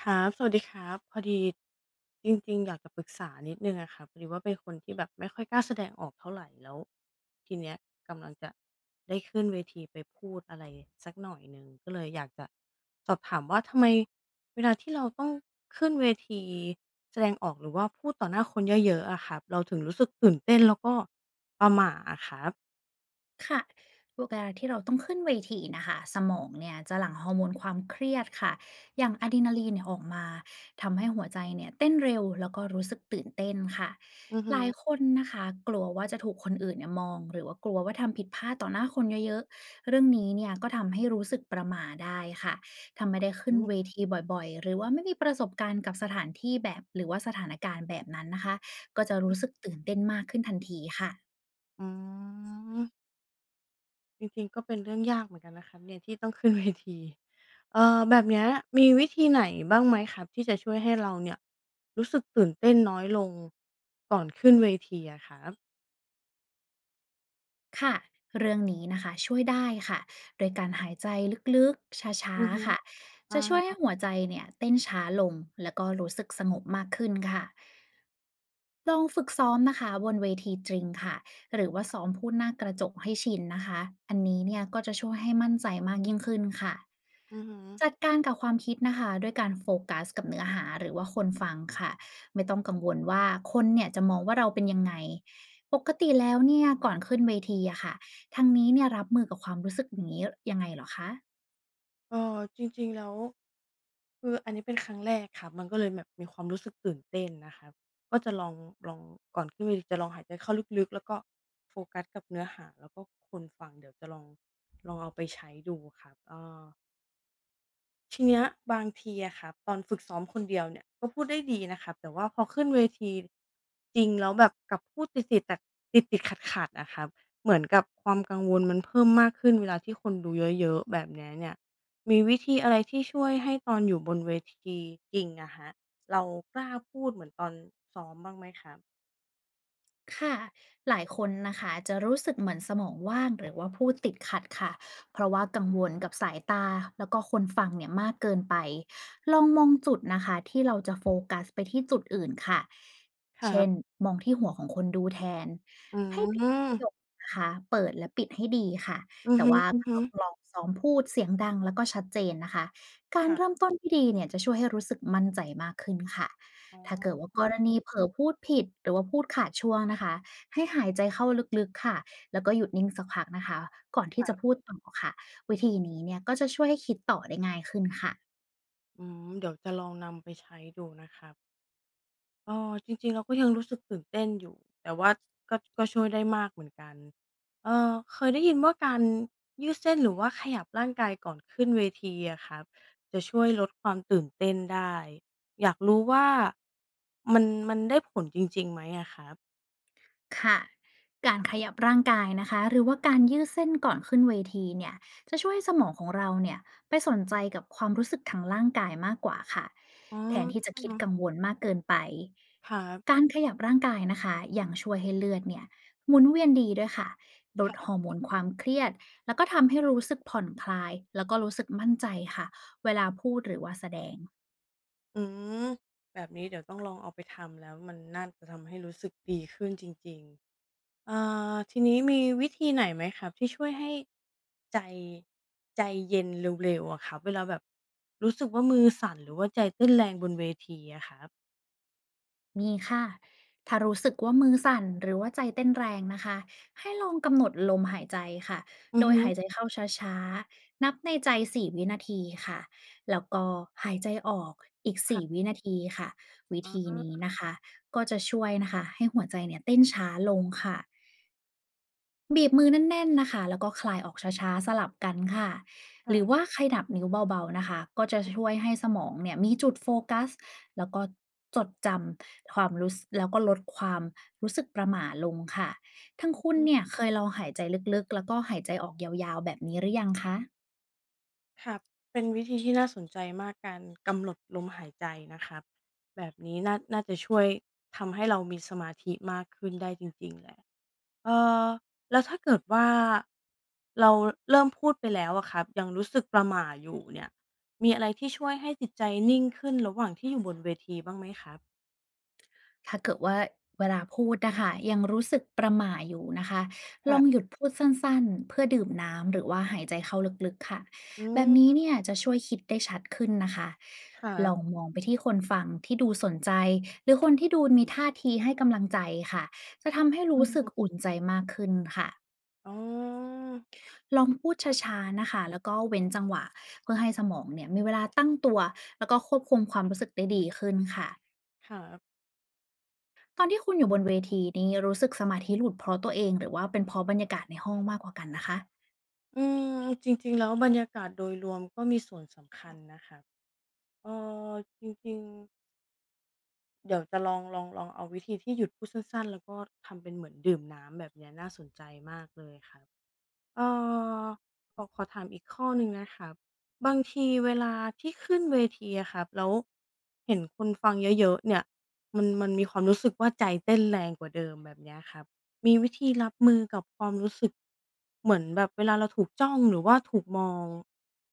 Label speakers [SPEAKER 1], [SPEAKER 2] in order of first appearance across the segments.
[SPEAKER 1] ครับสวัสดีครับพอดีจริงๆอยากจะปรึกษานิดหนึ่งอะครัพอดีว่าเป็นคนที่แบบไม่ค่อยกล้าแสดงออกเท่าไรแล้วทีเนี้ยกำลังจะได้ขึ้นเวทีไปพูดอะไรสักหน่อยหนึ่งก็เลยอยากจะสอบถามว่าทำไมเวลาที่เราต้องขึ้นเวทีแสดงออกหรือว่าพูดต่อหน้าคนเยอะๆอะครับเราถึงรู้สึกตื่นเต้นแล้วก็ประหม่าอะครับ
[SPEAKER 2] ค่ะเวลาที่เราต้องขึ้นเวทีนะคะสมองเนี่ยจะหลั่งฮอร์โมนความเครียดค่ะอย่างอะดรีนาลีนเนี่ยออกมาทำให้หัวใจเนี่ยเต้นเร็วแล้วก็รู้สึกตื่นเต้นค่ะ
[SPEAKER 1] อือ
[SPEAKER 2] ห
[SPEAKER 1] ฮึ
[SPEAKER 2] ลายคนนะคะกลัวว่าจะถูกคนอื่นเนี่ยมองหรือว่ากลัวว่าทำผิดพลาดต่อหน้าคนเยอะๆเรื่องนี้เนี่ยก็ทำให้รู้สึกประหม่าได้ค่ะทำไม่ได้ขึ้นเวทีบ่อยๆ หรือว่าไม่มีประสบการณ์กับสถานที่แบบหรือว่าสถานการณ์แบบนั้นนะคะก็จะรู้สึกตื่นเต้นมากขึ้นทันทีค่ะ
[SPEAKER 1] อืม จริงๆก็เป็นเรื่องยากเหมือนกันนะครับเนี่ยที่ต้องขึ้นเวทีแบบเนี้ยมีวิธีไหนบ้างไหมครับที่จะช่วยให้เราเนี่ยรู้สึกตื่นเต้นน้อยลงก่อนขึ้นเวทีอะครับ
[SPEAKER 2] ค่ะ เรื่องนี้นะคะช่วยได้ค่ะ โดยการหายใจลึกๆช้า
[SPEAKER 1] อือฮึ
[SPEAKER 2] ๆ ค่ะ
[SPEAKER 1] อะ
[SPEAKER 2] จะช่วยให้
[SPEAKER 1] ฮ
[SPEAKER 2] หัวใจเนี่ยเต้นช้าลงแล้วก็รู้สึกสงบมากขึ้นค่ะ ลองฝึกซ้อมนะคะบนเวทีจริงค่ะหรือว่าซ้อมพูดหน้ากระจกให้ชินนะคะอันนี้เนี่ยก็จะช่วยให้มั่นใจมากยิ่งขึ้นค่ะ
[SPEAKER 1] อือฮึ
[SPEAKER 2] จัดการกับความคิดนะคะด้วยการโฟกัสกับเนื้อหาหรือว่าคนฟังค่ะไม่ต้องกังวลว่าคนเนี่ยจะมองว่าเราเป็นยังไงปกติแล้วเนี่ยก่อนขึ้นเวทีอะค่ะทางนี้เนี่ยรับมือกับความรู้สึกอย่างนี้ยังไงเหรอคะ
[SPEAKER 1] จริงๆแล้วคืออันนี้เป็นครั้งแรกครับมันก็เลยแบบมีความรู้สึกตื่นเต้นนะครับก็จะลองก่อนขึ้นเวทีจะลองหายใจเข้าลึกๆแล้วก็โฟกัสกับเนื้อหาแล้วก็คนฟังเดี๋ยวจะลองลองเอาไปใช้ดูครับเออ ทีเนี้ยบางทีอะครับตอนฝึกซ้อมคนเดียวเนี่ยก็พูดได้ดีนะครับแต่ว่าพอขึ้นเวทีจริงแล้วแบบกลับพูดติดๆแต่ติดขัดๆนะครับเหมือนกับความกังวลมันเพิ่มมากขึ้นเวลาที่คนดูเยอะๆแบบเนี้ยเนี่ยมีวิธีอะไรที่ช่วยให้ตอนอยู่บนเวทีจริงอะฮะเรากล้าพูดเหมือนตอนซ้อมบ้างไหมครับ
[SPEAKER 2] ค่ะหลายคนนะคะจะรู้สึกเหมือนสมองว่างหรือว่าพูดติดขัดค่ะเพราะว่ากังวลกับสายตาแล้วก็คนฟังเนี่ยมากเกินไปลองมองจุดนะคะที่เราจะโฟกัสไปที่จุดอื่นค่ะ
[SPEAKER 1] ครั
[SPEAKER 2] เช่น
[SPEAKER 1] บ
[SPEAKER 2] มองที่หัวของคนดูแทน
[SPEAKER 1] อื
[SPEAKER 2] ให้ติดประโยค
[SPEAKER 1] ม
[SPEAKER 2] นะคะเปิดและปิดให้ดีค่ะ
[SPEAKER 1] อือ
[SPEAKER 2] แต่
[SPEAKER 1] ฮึ
[SPEAKER 2] ว่าก็ต้องลอ
[SPEAKER 1] ๆ
[SPEAKER 2] งซ้อมพูดเสียงดังแล้วก็ชัดเจนนะคะการ
[SPEAKER 1] ครั
[SPEAKER 2] เริ่ม
[SPEAKER 1] บ
[SPEAKER 2] ต้นที่ดีเนี่ยจะช่วยให้รู้สึกมั่นใจมากขึ้นค่ะ
[SPEAKER 1] อ๋อ
[SPEAKER 2] ถ้าเกิดว่ากรณีเผลอพูดผิดหรือว่าพูดขาดช่วงนะคะให้หายใจเข้าลึกๆค่ะแล้วก็หยุดนิ่งสักพักนะคะก่อนที่
[SPEAKER 1] ค
[SPEAKER 2] จะ
[SPEAKER 1] รั
[SPEAKER 2] พู
[SPEAKER 1] บ
[SPEAKER 2] ดต่อค่ะวิธีนี้เนี่ยก็จะช่วยให้คิดต่อได้ง่ายขึ้นค่ะ
[SPEAKER 1] อืมเดี๋ยวจะลองนำไปใช้ดูนะครับ เออจริงๆเราก็ยังรู้สึกตื่นเต้นอยู่แต่ว่าก็ช่วยได้มากเหมือนกันเคยได้ยินว่าการยืดเส้นหรือว่าขยับร่างกายก่อนขึ้นเวทีอะครับจะช่วยลดความตื่นเต้นได้อยากรู้ว่ามันได้ผลจริงๆไหมอะครับ
[SPEAKER 2] ค่ะการขยับร่างกายนะคะหรือว่าการยืดเส้นก่อนขึ้นเวทีเนี่ยจะช่วยให้สมองของเราเนี่ยไปสนใจกับความรู้สึกทางร่างกายมากกว่าค่ะ
[SPEAKER 1] อ๋อ
[SPEAKER 2] แทนที่จะคิดกังวลมากเกินไป
[SPEAKER 1] ครับ
[SPEAKER 2] การขยับร่างกายนะคะอย่างช่วยให้เลือดเนี่ยหมุนเวียนดีด้วยค่ะล
[SPEAKER 1] ค
[SPEAKER 2] ดฮ
[SPEAKER 1] รั
[SPEAKER 2] อร์
[SPEAKER 1] บ
[SPEAKER 2] โมนความเครียดแล้วก็ทำให้รู้สึกผ่อนคลายแล้วก็รู้สึกมั่นใจค่ะเวลาพูดหรือว่าแสดง
[SPEAKER 1] อืมแบบนี้เดี๋ยวต้องลองเอาไปทำแล้วมันน่าจะทำให้รู้สึกดีขึ้นจริงๆ เอ่อทีนี้มีวิธีไหนไหมครับที่ช่วยให้ใจใจเย็นเร็วๆอะครับเวลาแบบรู้สึกว่ามือสั่นหรือว่าใจเต้นแรงบนเวทีอะครับ
[SPEAKER 2] มีค่ะถ้ารู้สึกว่ามือสั่นหรือว่าใจเต้นแรงนะคะ ให้ลองกำหนดลมหายใจค่ะ
[SPEAKER 1] อื
[SPEAKER 2] โด
[SPEAKER 1] อ
[SPEAKER 2] ย
[SPEAKER 1] ฮึ
[SPEAKER 2] หายใจเข้าช้าๆ นับในใจ4วินาทีค่ะ แล้วก็หายใจออกอีก4วิ
[SPEAKER 1] ค่ะ
[SPEAKER 2] นาทีค่ะ วิ
[SPEAKER 1] อ๋อ
[SPEAKER 2] ธีนี้นะคะ ก็จะช่วยนะคะให้หัวใจเนี่ยเต้นช้าลงค่ะ บีบมือแน่นๆนะคะแล้วก็คลายออกช้าๆสลับกันค่ะ
[SPEAKER 1] ค
[SPEAKER 2] ห
[SPEAKER 1] รั
[SPEAKER 2] รือว่า
[SPEAKER 1] บ
[SPEAKER 2] ใครยับนิ้วเบาๆนะคะก็จะช่วยให้สมองเนี่ยมีจุดโฟกัสแล้วก็จดจำความรู้สกแล้วก็ลดความรู้สึกประหม่าลงค่ะทั้งคุณเนี่ยเคยลองหายใจลึกๆแล้วก็หายใจออกยาวๆแบบนี้หรือยังคะ
[SPEAKER 1] ครับเป็นวิธีที่น่าสนใจมากการกำหนดลมหายใจนะครับแบบนี้น่าจะช่วยทำให้เรามีสมาธิมากขึ้นได้จริงๆแหละเออแล้วถ้าเกิดว่าเราเริ่มพูดไปแล้วอะครับยังรู้สึกประหม่าอยู่เนี่ยมีอะไรที่ช่วยให้จิตใจนิ่งขึ้นระหว่างที่อยู่บนเวทีบ้างไหมครับ
[SPEAKER 2] ถ้าเกิดว่าเวลาพูดนะคะยังรู้สึกประหม่าอยู่นะคะลองหยุ
[SPEAKER 1] ค่ะ
[SPEAKER 2] ดพูดสั้นๆเพื่อดื่มน้ำหรือว่าหายใจเข้าลึกๆค่ะ
[SPEAKER 1] อื
[SPEAKER 2] แบบนี้
[SPEAKER 1] ม
[SPEAKER 2] เนี่ยจะช่วยคิดได้ชัดขึ้นนะคะ
[SPEAKER 1] ครั
[SPEAKER 2] ล
[SPEAKER 1] บ
[SPEAKER 2] องมองไปที่คนฟังที่ดูสนใจหรือคนที่ดูมีท่าทีให้กำลังใจค่ะจะทำให้
[SPEAKER 1] อื
[SPEAKER 2] รู้
[SPEAKER 1] อ
[SPEAKER 2] สึก
[SPEAKER 1] ฮึ
[SPEAKER 2] อุ่นใจมากขึ้นค่ะ
[SPEAKER 1] อ๋อ
[SPEAKER 2] ลองพูดช้าๆนะคะแล้วก็เว้นจังหวะเพื่อให้สมองเนี่ยมีเวลาตั้งตัวแล้วก็ควบคุมความรู้สึกได้ดีขึ้นค่ะ
[SPEAKER 1] ครับ
[SPEAKER 2] ตอนที่คุณอยู่บนเวทีนี้รู้สึกสมาธิหลุดเพราะตัวเองหรือว่าเป็นเพราะบรรยากาศในห้องมากกว่ากันนะคะ
[SPEAKER 1] อืมจริงๆแล้วบรรยากาศโดยรวมก็มีส่วนสำคัญนะคะ เอ่อจริงๆเดี๋ยวจะลองลองเอาวิธีที่หยุดพูดสั้นๆแล้วก็ทำเป็นเหมือนดื่มน้ำแบบเนี้ยน่าสนใจมากเลยครับเอ่อขอถามอีกข้อหนึ่งนะครับบางทีเวลาที่ขึ้นเวทีอะครับแล้วเห็นคนฟังเยอะๆเนี่ยมันมีความรู้สึกว่าใจเต้นแรงกว่าเดิมแบบเนี้ยครับมีวิธีรับมือกับความรู้สึกเหมือนแบบเวลาเราถูกจ้องหรือว่าถูกมอง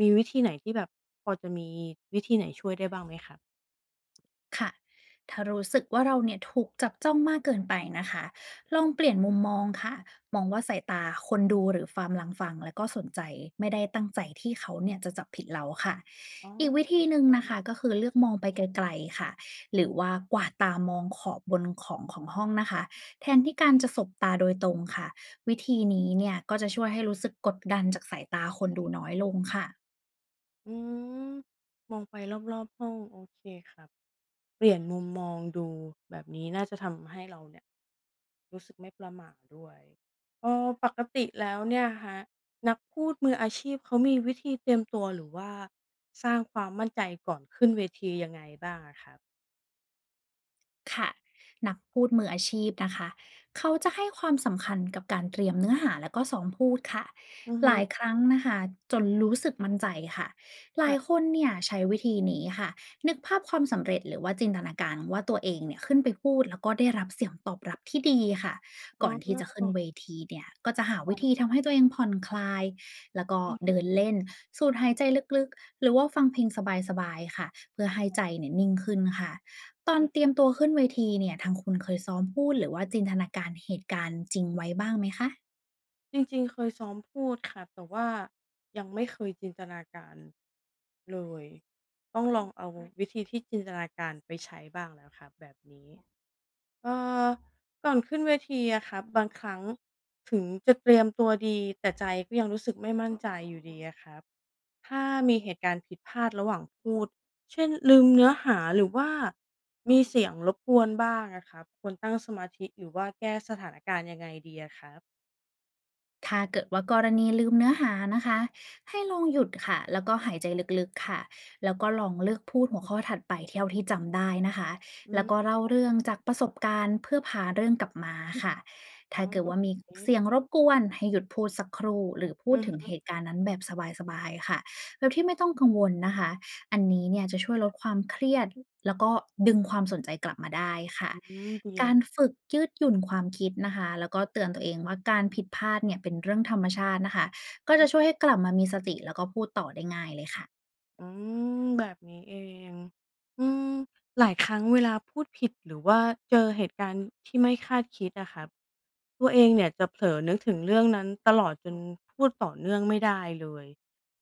[SPEAKER 1] มีวิธีไหนที่แบบพอจะมีวิธีไหนช่วยได้บ้างไหมครับ
[SPEAKER 2] ค่ะถ้ารู้สึกว่าเราเนี่ยถูกจับจ้องมากเกินไปนะคะลองเปลี่ยนมุมมองค่ะมองว่าสายตาคนดูหรือควาร์มหลังฟังแล้วก็สนใจไม่ได้ตั้งใจที่เขาเนี่ยจะจับผิดเราค่ะ
[SPEAKER 1] อ๋อ
[SPEAKER 2] อีกวิธีหนึ่งนะคะก็คือเลือกมองไปไกลๆค่ะหรือว่ากวาดตามองขอบบนของของห้องนะคะแทนที่การจะสบตาโดยตรงค่ะวิธีนี้เนี่ยก็จะช่วยให้รู้สึกกดดันจากสายตาคนดูน้อยลงค่ะ
[SPEAKER 1] อืมมองไปรอบๆห้องโอเคครับ เปลี่ยนมุมมองดูแบบนี้น่าจะทำให้เราเนี่ยรู้สึกไม่ประหม่าด้วยเอ๋อ ปกติแล้วเนี่ยครับนักพูดมืออาชีพเขามีวิธีเตรียมตัวหรือว่าสร้างความมั่นใจก่อนขึ้นเวทียังไงบ้างอะครับ
[SPEAKER 2] ค่ะนักพูดมืออาชีพนะคะเขาจะให้ความสำคัญกับการเตรียมเนื้อหาแล้วก็ซ้อมพูดค่ะ
[SPEAKER 1] อือ
[SPEAKER 2] ห
[SPEAKER 1] ฮึ
[SPEAKER 2] ลายครั้งนะคะจนรู้สึกมั่นใจค่ะหลายค
[SPEAKER 1] ค่ะ
[SPEAKER 2] นเนี่ยใช้วิธีนี้ค่ะนึกภาพความสำเร็จหรือว่าจินตนาการว่าตัวเองเนี่ยขึ้นไปพูดแล้วก็ได้รับเสียงตอบรับที่ดีค่ะ
[SPEAKER 1] อ๋
[SPEAKER 2] ก่อนที่จะ
[SPEAKER 1] อ
[SPEAKER 2] ขึ้นเวทีเนี่ยก็จะหา
[SPEAKER 1] ค่
[SPEAKER 2] วิธี
[SPEAKER 1] อ
[SPEAKER 2] ทำให้ตัวเองผ่อนคลายแล้วก็
[SPEAKER 1] อือฮึ
[SPEAKER 2] เดินเล่นสูดหายใจลึกๆหรือว่าฟังเพลงสบายๆค่ะเพื่อให้ใจเนี่ยนิ่งขึ้นค่ะ ตอน
[SPEAKER 1] อะ
[SPEAKER 2] เตรียม
[SPEAKER 1] ฮะ
[SPEAKER 2] ตัวขึ้นเวทีเนี่ยทางคุณเคยซ้อมพูดหรือว่าจินตนาการเหตุการณ์จริงไว้บ้างไหมคะ
[SPEAKER 1] จริงๆเคยซ้อมพูดค่ะแต่ว่ายังไม่เคยจินตนาการเลยต้องลองเอาวิธีที่จินตนาการไปใช้บ้างแล้วค่ะแบบนี้เอ่อก่อนขึ้นเวทีอะค่ะบางครั้งถึงจะเตรียมตัวดีแต่ใจก็ยังรู้สึกไม่มั่นใจอยู่ดีอะครับถ้ามีเหตุการณ์ผิดพลาดระหว่างพูดเช่นลืมเนื้อหาหรือว่ามีเสียงรบกวนบ้างอะครับควรตั้งสมาธิหรือว่าแก้สถานการณ์ยังไงดีอะครับ
[SPEAKER 2] ถ้าเกิดว่ากรณีลืมเนื้อหานะคะให้ลองหยุดค่ะแล้วก็หายใจลึกๆค่ะแล้วก็ลองเลือกพูดหัวข้อถัดไปเท่าที่จำได้นะคะ
[SPEAKER 1] อื
[SPEAKER 2] แล้วก็
[SPEAKER 1] ม
[SPEAKER 2] เล่าเรื่องจากประสบการณ์เพื่อพาเรื่องกลับมาค่ะ
[SPEAKER 1] อ๋อ
[SPEAKER 2] ถ้าเกิ
[SPEAKER 1] แ
[SPEAKER 2] ดว่า
[SPEAKER 1] บบ
[SPEAKER 2] มี
[SPEAKER 1] นี้
[SPEAKER 2] เสียงรบกวนให้หยุดพูดสักครู่หรือพู
[SPEAKER 1] อื
[SPEAKER 2] ด
[SPEAKER 1] อ
[SPEAKER 2] ถึงเห
[SPEAKER 1] ฮึ
[SPEAKER 2] ตุการณ์นั้นแบบสบายๆค่ะโดยที่ไม่ต้องกังวลนะคะ อันนี้เนี่ยจะช่วยลดความเครียดแล้วก็ดึงความสนใจกลับมาได้ค่ะ
[SPEAKER 1] อืมดีเล
[SPEAKER 2] กา
[SPEAKER 1] ย
[SPEAKER 2] รฝึกยืดหยุ่นความคิดนะคะแล้วก็เตือนตัวเองว่าการผิดพลาดเนี่ยเป็นเรื่องธรรมชาตินะคะก็จะช่วยให้กลับมามีสติแล้วก็พูดต่อได้ง่ายเลยค่ะ
[SPEAKER 1] อืมแบบนี้เองอืมหลายครั้งเวลาพูดผิดหรือว่าเจอเหตุการณ์ที่ไม่คาดคิดอะครับตัวเองเนี่ยจะเผลอนึกถึงเรื่องนั้นตลอดจนพูดต่อเนื่องไม่ได้เลย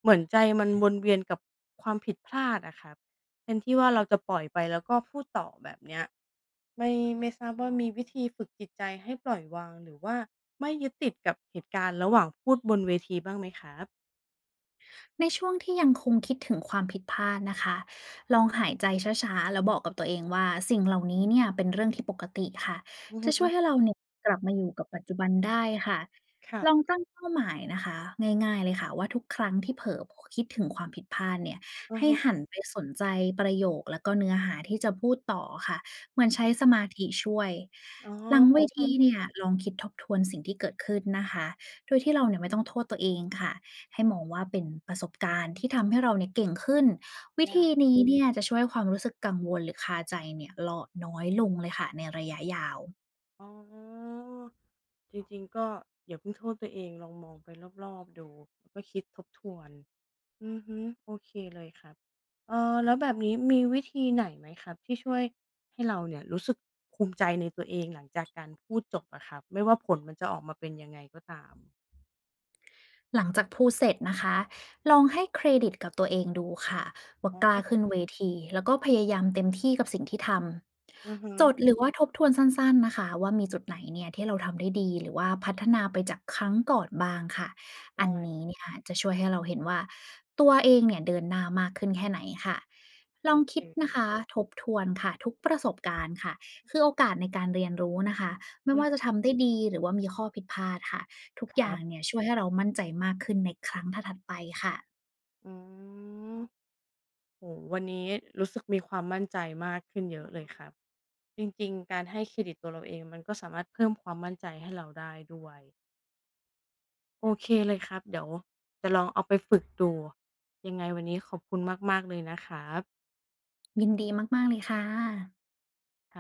[SPEAKER 1] เหมือนใจมันวนเวียนกับความผิดพลาดอะครับแทนที่ว่าเราจะปล่อยไปแล้วก็พูดต่อแบบเนี้ยไม่ไม่ทราบว่ามีวิธีฝึกจิตใจให้ปล่อยวางหรือว่าไม่ยึดติดกับเหตุการณ์ระหว่างพูดบนเวทีบ้างไหมครับ
[SPEAKER 2] ในช่วงที่ยังคงคิดถึงความผิดพลาดนะคะลองหายใจช้าๆแล้วบอกกับตัวเองว่าสิ่งเหล่านี้เนี่ยเป็นเรื่องที่ปกติค่ะ
[SPEAKER 1] อือ
[SPEAKER 2] จะ
[SPEAKER 1] ฮึ
[SPEAKER 2] ช่วยให้เราเนี่ยกลับมาอยู่กับปัจจุบันได้ค่ะลอง
[SPEAKER 1] ค่ะ
[SPEAKER 2] ตั้งเป้าหมายนะคะง่ายๆเลยค่ะว่าทุกครั้งที่เผลอคิดถึงความผิดพลาดเนี่ย
[SPEAKER 1] อือ
[SPEAKER 2] ให้
[SPEAKER 1] ฮึ
[SPEAKER 2] หันไปสนใจประโยคแล้วก็เนื้อหาที่จะพูดต่อค่ะเหมือนใช้
[SPEAKER 1] ค่ะ
[SPEAKER 2] สมาธิช่วย
[SPEAKER 1] อ๋
[SPEAKER 2] หลังเว
[SPEAKER 1] อ
[SPEAKER 2] ทีเนี่ยลองคิดทบทวนสิ่งที่เกิดขึ้นนะคะโดยที่เราเนี่ยไม่ต้องโทษตัวเองค่ะ ให้มองว่าเป็นประสบการณ์ที่ทำให้เราเนี่ยเก่งขึ้นวิ
[SPEAKER 1] ได้
[SPEAKER 2] ธีนี้เนี่ยจะช่วยความรู้สึกกังวลหรือคาใจเนี่ยเลาะน้อยลงเลยค่ะในระยะยาว
[SPEAKER 1] อ๋อจริงๆ ก็อย่าเพิ่งโทษตัวเอง ลองมองไปรอบๆ ดูแล้วก็คิดทบทวน อือฮึโอเคเลยครับแล้วแบบนี้มีวิธีไหนไหมครับที่ช่วยให้เราเนี่ยรู้สึกภูมิใจในตัวเองหลังจากการพูดจบอะครับไม่ว่าผลมันจะออกมาเป็นยังไงก็ตาม
[SPEAKER 2] หลังจากพูดเสร็จนะคะลองให้เครดิตกับตัวเองดูค่ะว่า
[SPEAKER 1] อ๋
[SPEAKER 2] กล้า
[SPEAKER 1] อ
[SPEAKER 2] ขึ้นเวทีแล้วก็พยายามเต็มที่กับสิ่งที่ท
[SPEAKER 1] อือฮึ
[SPEAKER 2] ำจดหรือว่าทบทวนสั้นๆนะคะว่ามีจุดไหนเนี่ยที่เราทำได้ดีหรือว่าพัฒนาไปจากครั้งก่อนบ้างค่ะอันนี้
[SPEAKER 1] ได้
[SPEAKER 2] เนี่ยจะช่วยให้เราเห็นว่าตัวเองเนี่ยเดินหน้ามากขึ้นแค่ไหนค่ะล
[SPEAKER 1] โอ
[SPEAKER 2] อง
[SPEAKER 1] เค
[SPEAKER 2] คิดนะคะทบทวนค่ะทุกประสบการณ์ค่ะคือโอกาสในการเรียนรู้นะคะไม่ว่าจะ
[SPEAKER 1] อา
[SPEAKER 2] ทำได้ดีหรือว่ามีข้อผิดพลาดค่ะ ทุก
[SPEAKER 1] ค
[SPEAKER 2] อ
[SPEAKER 1] รั
[SPEAKER 2] ย่าง
[SPEAKER 1] บ
[SPEAKER 2] เนี่ยช่วยให้เรามั่นใจมากขึ้นในครั้งถัดๆไปค่ะ
[SPEAKER 1] อืมโอ้โฮวันนี้รู้สึกมีความมั่นใจมากขึ้นเยอะเลยครับ จริงๆ การให้เครดิตตัวเราเองมันก็สามารถเพิ่มความมั่นใจให้เราได้ด้วยโอเคเลยครับเดี๋ยวจะลองเอาไปฝึกดูยังไงวันนี้ขอบคุณมากๆเลยนะครับ
[SPEAKER 2] ยินดีมากๆเลยค่ะ
[SPEAKER 1] ค่ะ